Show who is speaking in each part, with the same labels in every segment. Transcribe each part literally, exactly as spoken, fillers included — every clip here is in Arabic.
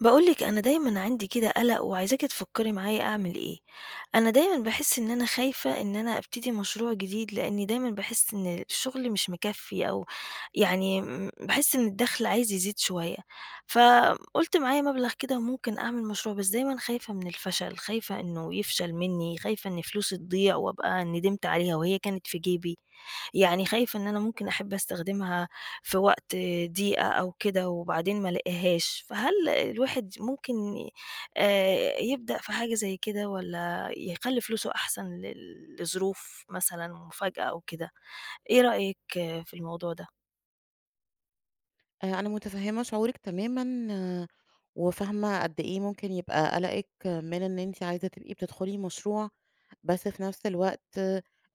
Speaker 1: باقولِك أنا دايمًا عندي كده قلق وعايزاكِ تفكّري معايا أعمل إيه، أنا دايمًا باحس إن أنا خايفة إن أنا أبتدي مشروع جديد، لإني دايمًا باحس إن الشغل مش مكفّي أو يعني م باحس إن الدخل عايز يزيد شوية، فقُلت معايا مبلغ كده ممكن أعمل مشروع، بس دايمًا خايفة من الفشل، خايفة إنه يفشل منّي، خايفة إن فلوسي تضيع وأبقى ندمت عليها وهي كانت في جيبي، يعني خايفة إن أنا ممكن أحب أستخدمها في وقت ضيقة أو كده وبعدين ما لاقيهاش، فهل الواحد ممكن آآ يبدأ في حاجة زي كده والّا يخلّي فلوسه أحسن لل لظروف مثلًا مفاجأة أو كده، إيه رأيِك في الموضوع ده؟
Speaker 2: آآ أنا مُتفهِّمة شعورِك تمامًا، آه، وفاهمة قد إيه ممكن يبقى قلقِك من إن أنتِ عايزة تبقي بتدخُلي مشروع، بس في نفس الوقت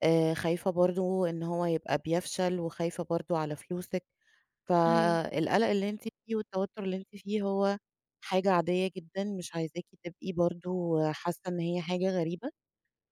Speaker 2: آآ خايفة برضه إن هو يبقى بيفشل، وخايفة برضه على فلوسِك،
Speaker 1: أيوه.
Speaker 2: فالقلق اللي أنتِ فيه والتوتُّر اللي أنتِ فيه هو حاجة عادية جدًا، مش عايزاكِ تبقي برضه حاسة إن هي حاجة غريبة،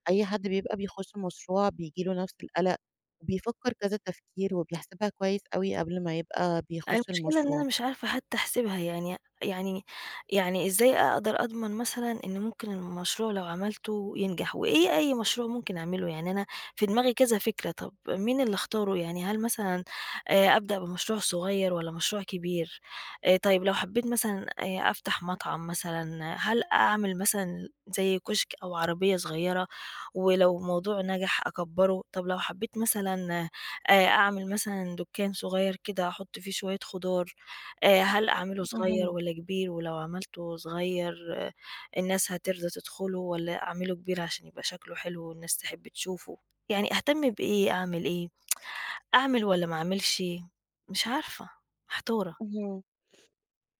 Speaker 2: أي حد بيبقى بيخُش مشروع بييجي له نفس القلق، وبيفكّر كذا تفكير وبيحسبها كويس أوي قبل ما يبقى بيخُش
Speaker 1: المشكلة إن
Speaker 2: المشروع.
Speaker 1: أنا مش عارفة حتى أحسبها يعني يعني يعني إزاي أقدر أضمن مثلًا إن ممكن المشروع لو عملته ينجح، وإيه أي مشروع ممكن أعمله؟ يعني أنا في دماغي كذا فكرة، طب مين اللي أختاره؟ يعني هل مثلًا آآ أبدأ بمشروع صغير والّا مشروع كبير؟ آآ طيب لو حبيت مثلًا آآ أفتح مطعم مثلًا، هل أعمل مثلًا زي كشك أو عربية صغيرة ولو الموضوع نجح أكبّره؟ طب لو حبيت مثلًا آآ أعمل مثلًا دُكّان صغير كده أحُط فيه شوية خضار، آآ هل أعمله صغير
Speaker 2: اهم،
Speaker 1: والّا كبير؟ ولو عملته صغير آه، الناس هترضى تدخله والّا أعمله كبير عشان يبقى شكله حلو والناس تحب تشوفه؟ يعني أهتم بإيه، أعمل إيه، أعمل والّا ما أعملش؟ مش عارفة، محتارة.
Speaker 2: اهم.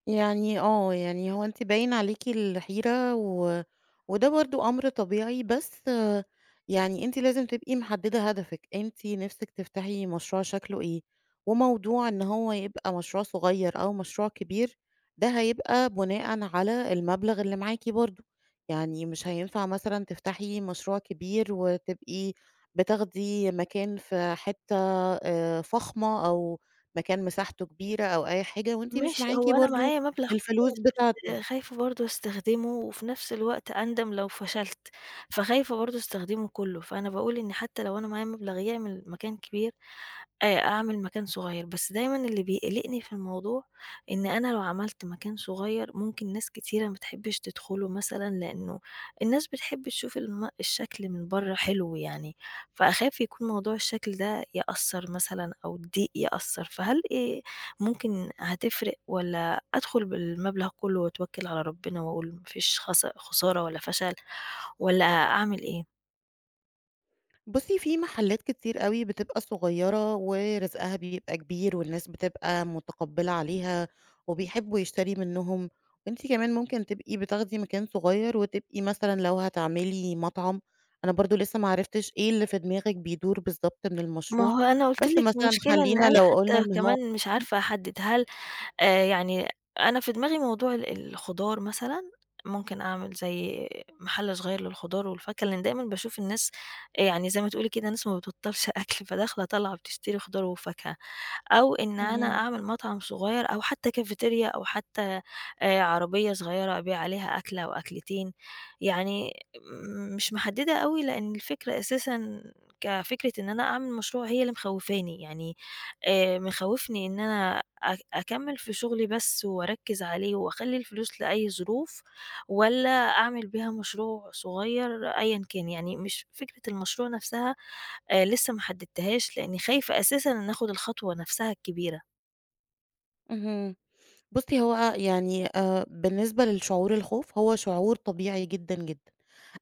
Speaker 2: يعني آه، يعني هو أنتِ باين عليكِ الحيرة و وده برضه أمر طبيعي، بس آه، يعني أنتِ لازم تبقي محددة هدفِك، أنتِ نِفْسِك تفتحي مشروع شكله إيه، وموضوع إن هو يبقى مشروع صغير أو مشروع كبير، ده هيبقى بناءً على المبلغ اللي معاكِ برضه، يعني مش هينفع مثلًا تفتحي مشروع كبير وتبقي بتاخدي مكان في حتة آآ، فخمة أو مكان مساحته كبيرة أو أي حاجة، وأنتِ مش
Speaker 1: ماشي،
Speaker 2: معاكِ
Speaker 1: هو أنا
Speaker 2: برضه
Speaker 1: معايا مبلغ
Speaker 2: الفلوس
Speaker 1: كويس،
Speaker 2: بتاعته.
Speaker 1: بس خايفة برضه أستخدمه، وفي نفس الوقت أندم لو فشلت، فخايفة برضه أستخدمه كلّه، فأنا باقول إن حتى لو أنا معايا مبلغ يعمل مكان كبير، آآ أعمل مكان صغير، بس دايمًا اللي بيقلقني في الموضوع إن أنا لو عملت مكان صغير ممكن ناس كتيرة ما تحبش تدخله مثلًا، لإنه الناس بتحب تشوف الم الشكل من برّه حلو يعني، فأخاف يكون موضوع الشكل ده يأثّر مثلًا أو الضيق يأثّر، فهل آآ ممكن هتفرق والّا أدخل بالمبلغ كلّه وأتوكّل على ربنا وأقول ما فيش خس خسارة ولا فشل والّا أعمل إيه؟
Speaker 2: بُصّي، في محلات كتير أوي بتبقى صغيرة ورزقها بيبقى كبير والناس بتبقى متقبّلة عليها وبيحبّوا يشتري منّهم، وأنتِ كمان ممكن تبقي بتاخدي مكان صغير وتبقي مثلًا لو هتعملي مطعم، أنا برضه لسه ما عرفتش إيه اللي في دماغِك بيدور بالضبط من
Speaker 1: ما
Speaker 2: المشروع،
Speaker 1: هو أنا قُلت
Speaker 2: بس
Speaker 1: لِك
Speaker 2: مثلًا
Speaker 1: المشكلة إن
Speaker 2: خلّينا
Speaker 1: أنا
Speaker 2: لو قُلنا
Speaker 1: حتى
Speaker 2: إن هو
Speaker 1: كمان مش عارفة أحدّد، هل آآ يعني أنا في دماغي موضوع ال الخضار مثلًا، ممكن أعمل زي محل صغير للخضار والفاكهة، لإن دايمًا باشوف الناس آه، يعني زي ما تقولي كده ناس ما بتبطّلش أكل، فداخلة طالعة بتشتري خضار وفاكهة. أو إن أنا
Speaker 2: اهم،
Speaker 1: أعمل مطعم صغير أو حتى كافيتيريا أو حتى آآ عربية صغيرة أبيع عليها أكلة أو أكلتين، يعني م مش محددة أوي لأن الفكرة أساسًا كفكرة إن أنا أعمل مشروع هي اللي مخوفاني، يعني آآ مخوفني إن أنا أك أكمل في شغلي بس وأركز عليه وأخلي الفلوس لأي ظروف، والّا أعمل بيها مشروع صغير أيًا كان، يعني مش فكرة المشروع نفسها آآ لسه ما حددتهاش، لإني خايفة أساسًا إن آخد الخطوة نفسها الكبيرة،
Speaker 2: اهم. بُصّي، هو يعني آآ بالنسبة للشعور الخوف، هو شعور طبيعي جدًا، جدًا.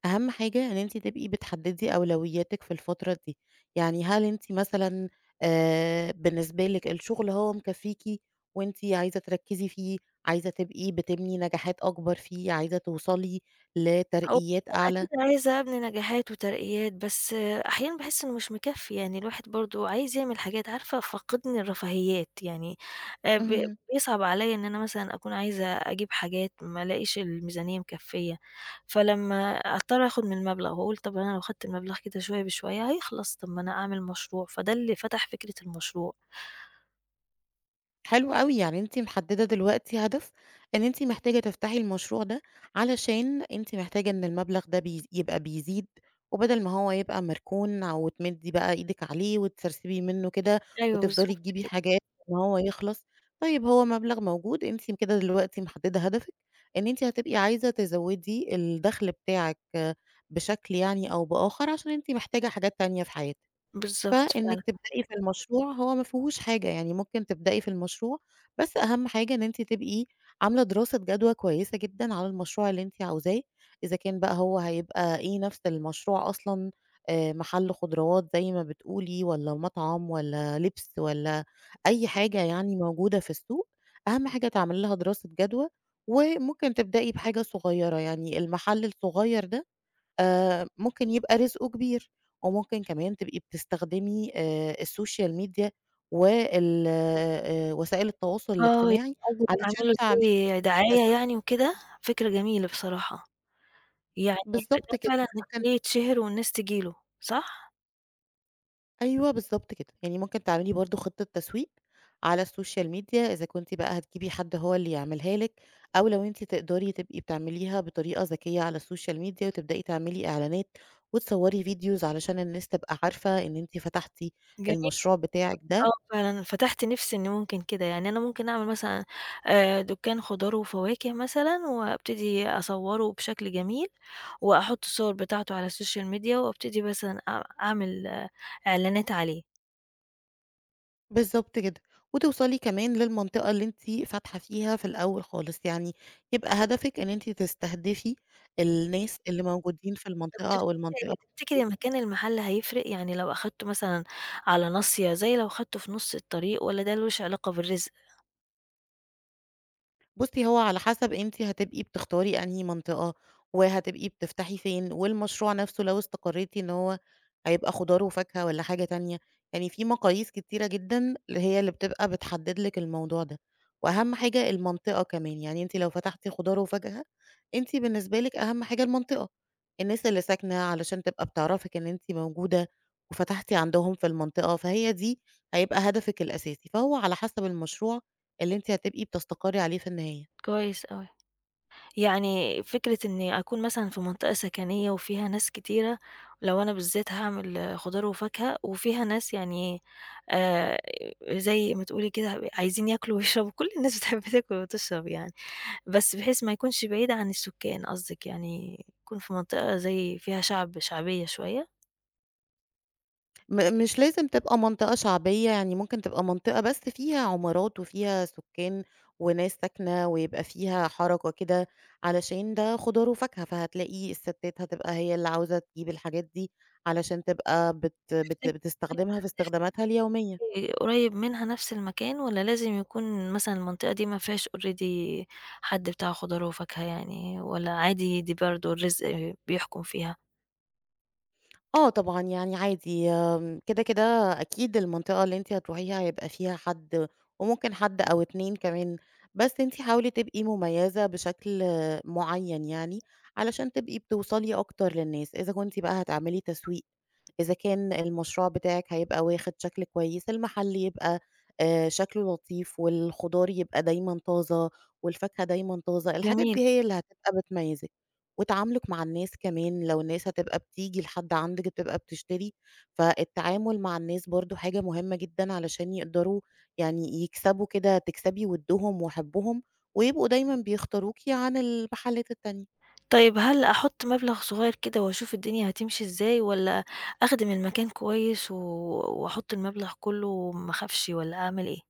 Speaker 2: أهم حاجة إن أنتِ تبقي بتحددي أولوياتِك في الفترة دي، يعني هل أنتِ مثلًا آآ، بالنسبة لِك الشغل هو مكفّيكِ وأنتِ عايزة تركّزي فيه، عايزة تبقي بتبني نجاحات أكبر فيه، عايزة توصلي
Speaker 1: هو
Speaker 2: لترقيات
Speaker 1: أنا
Speaker 2: أعلى؟
Speaker 1: أكيد عايزة أبني نجاحات وترقيات، بس آه، أحيانًا باحس إنه مش مكفّي، يعني الواحد برضه عايز يعمل حاجات عارفة فاقدني الرفاهيات، يعني آآ ب
Speaker 2: اهم.
Speaker 1: بيصعب عليَّ إن أنا مثلًا أكون عايزة أجيب حاجات ما الاقيش الميزانية مكفّية، فلمّا أضطر آخد من المبلغ وأقول طب أنا لو خدت المبلغ كده شوية بشوية هيخلص، طب ما أنا أعمل مشروع، فده اللي فتح فكرة المشروع.
Speaker 2: حلو أوي، يعني أنتِ محددة دلوقتي هدف إن أنتِ محتاجة تفتحي المشروع ده، علشان أنتِ محتاجة إن المبلغ ده بي يبقى بيزيد، وبدل ما هو يبقى مركون أو تمدّي بقى إيدِك عليه وتسرسبي منه كده،
Speaker 1: أيوه
Speaker 2: وتفضلي
Speaker 1: بالضبط
Speaker 2: تجيبي
Speaker 1: كده،
Speaker 2: حاجات إن هو يخلص، طيب هو مبلغ موجود، أنتِ كده دلوقتي محددة هدفِك إن أنتِ هتبقي عايزة تزوّدي الدخل بتاعِك آه، بشكل يعني أو بآخر، عشان أنتِ محتاجة حاجات تانية في حياتِك.
Speaker 1: بالضبط
Speaker 2: فإنِّك
Speaker 1: فعلًا.
Speaker 2: تبدئي في المشروع هو ما فيهوش حاجة، يعني ممكن تبدئي في المشروع، بس أهم حاجة إن أنتِ تبقي عاملة دراسة جدوى كويسة جدًا على المشروع اللي أنتِ عاوزاه، إذا كان بقى هو هيبقى إيه نفس المشروع أصلًا، آآ محل خضروات زي ما بتقولي والّا مطعم والّا لبس والّا أي حاجة يعني موجودة في السوق، أهم حاجة تعملي لها دراسة جدوى، وممكن تبدئي بحاجة صغيرة، يعني المحل الصغير ده آآ ممكن يبقى رزقه كبير، وممكن كمان تبقي بتستخدمي آآ السوشيال ميديا وال آآ وسائل التواصل
Speaker 1: آه، يعني
Speaker 2: الاجتماعي
Speaker 1: قصدِك أعمل
Speaker 2: علشان
Speaker 1: له
Speaker 2: تعملي
Speaker 1: زي دعاية
Speaker 2: تسويق
Speaker 1: يعني وكده؟ فكرة جميلة بصراحة، يعني
Speaker 2: بالضبط
Speaker 1: ده
Speaker 2: كده،
Speaker 1: فعلًا
Speaker 2: ممكن
Speaker 1: هيخلّيه يتشهر والناس تيجي له، صح؟
Speaker 2: أيوه بالضبط كده، يعني ممكن تعملي برضه خطة تسويق على السوشيال ميديا إذا كنتِ بقى هتجيبي حد هو اللي يعملها لِك، أو لو أنتِ تقدري تبقي بتعمليها بطريقة ذكية على السوشيال ميديا وتبدئي تعملي إعلانات وتصوري فيديوز علشان الناس تبقى عارفة إن أنتِ فتحتِ
Speaker 1: جميل.
Speaker 2: المشروع بتاعِك ده
Speaker 1: آه فعلًا، فتحت نفسي إن ممكن كده، يعني أنا ممكن أعمل مثلًا آآ، دُكان خضار وفواكه مثلًا وأبتدي أصوّره بشكل جميل، وأحُط الصور بتاعته على السوشيال ميديا وأبتدي مثلًا أع أعمل آه، إعلانات عليه.
Speaker 2: بالضبط كده، وتوصلي كمان للمنطقة اللي أنتِ فاتحة فيها في الأول خالص، يعني يبقى هدفِك إن أنتِ تستهدفي الناس اللي موجودين في
Speaker 1: طب
Speaker 2: المنطقة أو المنطقة
Speaker 1: تفتكري تفتكري مكان المحل هيفرق؟ يعني لو أخدته مثلًا على ناصية زي لو أخدته في نُص الطريق والّا ده مالوش علاقة بالرزق؟
Speaker 2: بُصّي، هو على حسب أنتِ هتبقي بتختاري أنهي منطقة، وهتبقي بتفتحي فين، والمشروع نفسه لو استقريتِ إن هو هيبقى خضار وفاكهة والّا حاجة تانية، يعني في مقاييس كتيرة جدًا اللي هي اللي بتبقى بتحدد لِك الموضوع ده، وأهم حاجة المنطقة كمان، يعني أنتِ لو فتحتِ خضار وفاكهة، أنتِ بالنسبة لِك أهم حاجة المنطقة، الناس اللي ساكنة علشان تبقى بتعرفِك إن أنتِ موجودة، وفتحتِ عندهم في المنطقة، فهي دي هيبقى هدفِك الأساسي، فهو على حسب المشروع اللي أنتِ هتبقي بتستقري عليه في النهاية.
Speaker 1: كويس أوي. يعني فكرة إني أكون مثلًا في منطقة سكنية وفيها ناس كتيرة، لو أنا بالذات هاعمل خضار وفاكهة وفيها ناس يعني آآ زي ما تقولي كده عايزين ياكلوا ويشربوا، كل الناس بتحب تاكل وتشرب يعني، بس بحيث ما يكونش بعيد عن السكان قصدِك يعني يكون في منطقة زي فيها شعب شعبية شوية؟
Speaker 2: م مش لازم تبقى منطقة شعبية، يعني ممكن تبقى منطقة بس فيها عمارات وفيها سكان وناس ساكنة، ويبقى فيها حركة كده، علشان ده خضار وفاكهة، فهتلاقي الستات هتبقى هي اللي عاوزة تجيب الحاجات دي، علشان تبقى بت بت بتستخدمها في استخداماتها اليومية.
Speaker 1: آآ قريب منها نفس المكان والّا لازم يكون مثلًا المنطقة دي ما فيهاش already حد بتاع خضار وفاكهة يعني والّا عادي دي برضه الرزق بيحكم فيها؟
Speaker 2: آه طبعًا، يعني عادي آمم، كده، كده أكيد المنطقة اللي أنتِ هتروحيها هيبقى فيها حد وممكن حد أو اتنين كمان، بس أنتِ حاولي تبقي مميزة بشكل معيّن يعني، علشان تبقي بتوصلي أكتر للناس، إذا كنتِ بقى هتعملي تسويق إذا كان المشروع بتاعِك هيبقى واخد شكل كويس، المحل يبقى آآ شكله لطيف، والخضار يبقى دايمًا طازة، والفاكهة دايمًا طازة، الحاجات
Speaker 1: جميل.
Speaker 2: دي هي اللي هتبقى بتميّزِك، وتعاملُك مع الناس كمان لو الناس هتبقى بتيجي لحد عندِك بتبقى بتشتري، فالتعامل مع الناس برضه حاجة مهمة جدًا علشان يقدروا يعني يكسبوا كده تكسبي وِدّهم وحُبّهم، ويبقوا دايمًا بيختاروكِ عن المحلات التانية.
Speaker 1: طيب هل أحُط مبلغ صغير كده وأشوف الدنيا هتمشي إزاي والّا أخدم المكان كويس و وأحُط المبلغ كُلّه وما أخافش والّا أعمل إيه؟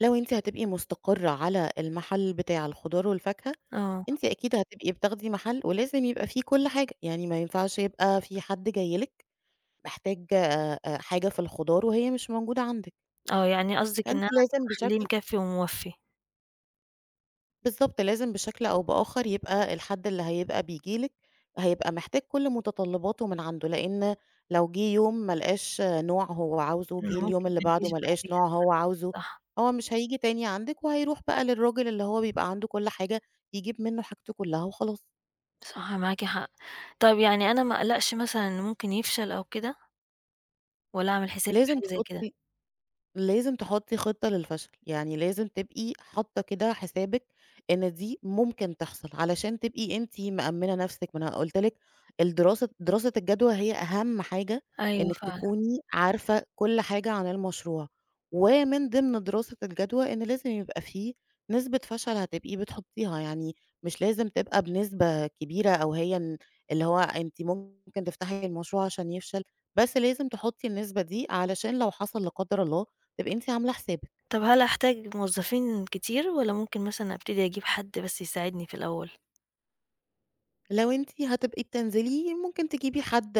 Speaker 2: لو أنتِ هتبقي مستقرة على المحل بتاع الخضار والفاكهة،
Speaker 1: آه.
Speaker 2: أنتِ أكيد هتبقي بتاخدي محل ولازم يبقى فيه كل حاجة، يعني ما ينفعش يبقى في حد جاي لِك محتاج آآ، حاجة في الخضار وهي مش موجودة عندِك،
Speaker 1: آه. يعني قصدِك إن
Speaker 2: فأنتِ
Speaker 1: أنا لازم
Speaker 2: لازم
Speaker 1: أخلّيه
Speaker 2: بشكل
Speaker 1: مكفّي وموفّي،
Speaker 2: بالضبط، لازم بشكل أو بآخر يبقى الحد اللي هيبقى بييجي لِك، هيبقى محتاج كل متطلباته من عنده، لإن لو جه يوم ما لقاش نوع هو عاوزه،
Speaker 1: إن
Speaker 2: جه اليوم
Speaker 1: ممكن
Speaker 2: اللي
Speaker 1: ما
Speaker 2: بعده
Speaker 1: يجيش
Speaker 2: ما لقاش
Speaker 1: بعديها.
Speaker 2: نوع هو عاوزه،
Speaker 1: صح،
Speaker 2: هو مش هييجي تاني عندِك وهيروح بقى للراجل اللي هو بيبقى عنده كل حاجة، يجيب منه حاجته كلها وخلاص،
Speaker 1: صح معاكِ حق. طب يعني أنا ما أقلقش مثلًا إن ممكن يفشل أو كده؟ ولا أعمل حسابي في
Speaker 2: لازم
Speaker 1: حاجة زي كده،
Speaker 2: تحطي لازم تحطي خطة للفشل، يعني لازم تبقي حاطة كده حسابِك إن دي ممكن تحصل، علشان تبقي أنتِ مأمنة نفسِك، ما أنا قُلت لِك الدراسة دراسة الجدوى هي أهم حاجة
Speaker 1: أيوه
Speaker 2: إنِك
Speaker 1: فعلًا.
Speaker 2: تكوني عارفة كل حاجة عن المشروع، ومن ضمن دراسة الجدوى إن لازم يبقى في نسبة فشل هتبقي بتحطيها، يعني مش لازم تبقى بنسبة كبيرة أو هي ال اللي هو أنتِ ممكن تفتحي المشروع عشان يفشل، بس لازم تحطي النسبة دي علشان لو حصل لا قدر الله تبقي أنتِ عاملة حسابِك،
Speaker 1: طب هل هاحتاج موظفين كتير والّا ممكن مثلًا أبتدي أجيب حد بس يساعدني في الأول؟
Speaker 2: لو أنتِ هتبقي بتنزلي ممكن تجيبي حد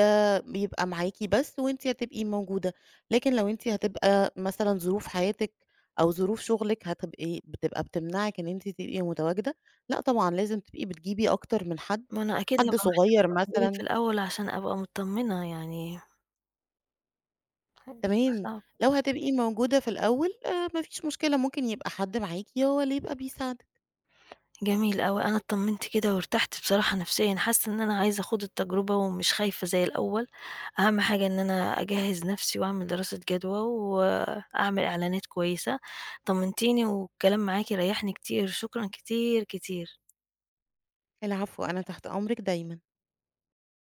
Speaker 2: يبقى معاكِ بس وأنتِ هتبقي موجودة، لكن لو أنتِ هتبقى مثلًا ظروف حياتِك أو ظروف شغلِك هتبقي بتبقى بتمنعِك إن أنتِ تبقي متواجدة، لأ طبعًا لازم تبقي بتجيبي أكتر من حد،
Speaker 1: ما أنا أكيد
Speaker 2: حد
Speaker 1: هابقى محتاجة
Speaker 2: صغير
Speaker 1: أبقى موجودة
Speaker 2: مثلًا
Speaker 1: في الأول عشان أبقى متطمنة، يعني هيبقى
Speaker 2: تمام،
Speaker 1: صعب.
Speaker 2: لو هتبقي موجودة في الأول آآ، ما فيش مشكلة ممكن يبقى حد معاكِ هو اللي يبقى بيساعدِك.
Speaker 1: جميل أوي، أنا اتطمنت كده وارتحت بصراحة نفسيًا، حاسة إن أنا عايزة أخوض التجربة ومش خايفة زي الأول، أهم حاجة إن أنا أجهّز نفسي وأعمل دراسة جدوى وأعمل إعلانات كويسة. طمنتيني والكلام معاكِ ريحني كتير، شكرًا كتير، كتير.
Speaker 2: العفو، أنا تحت أمرِك دايمًا.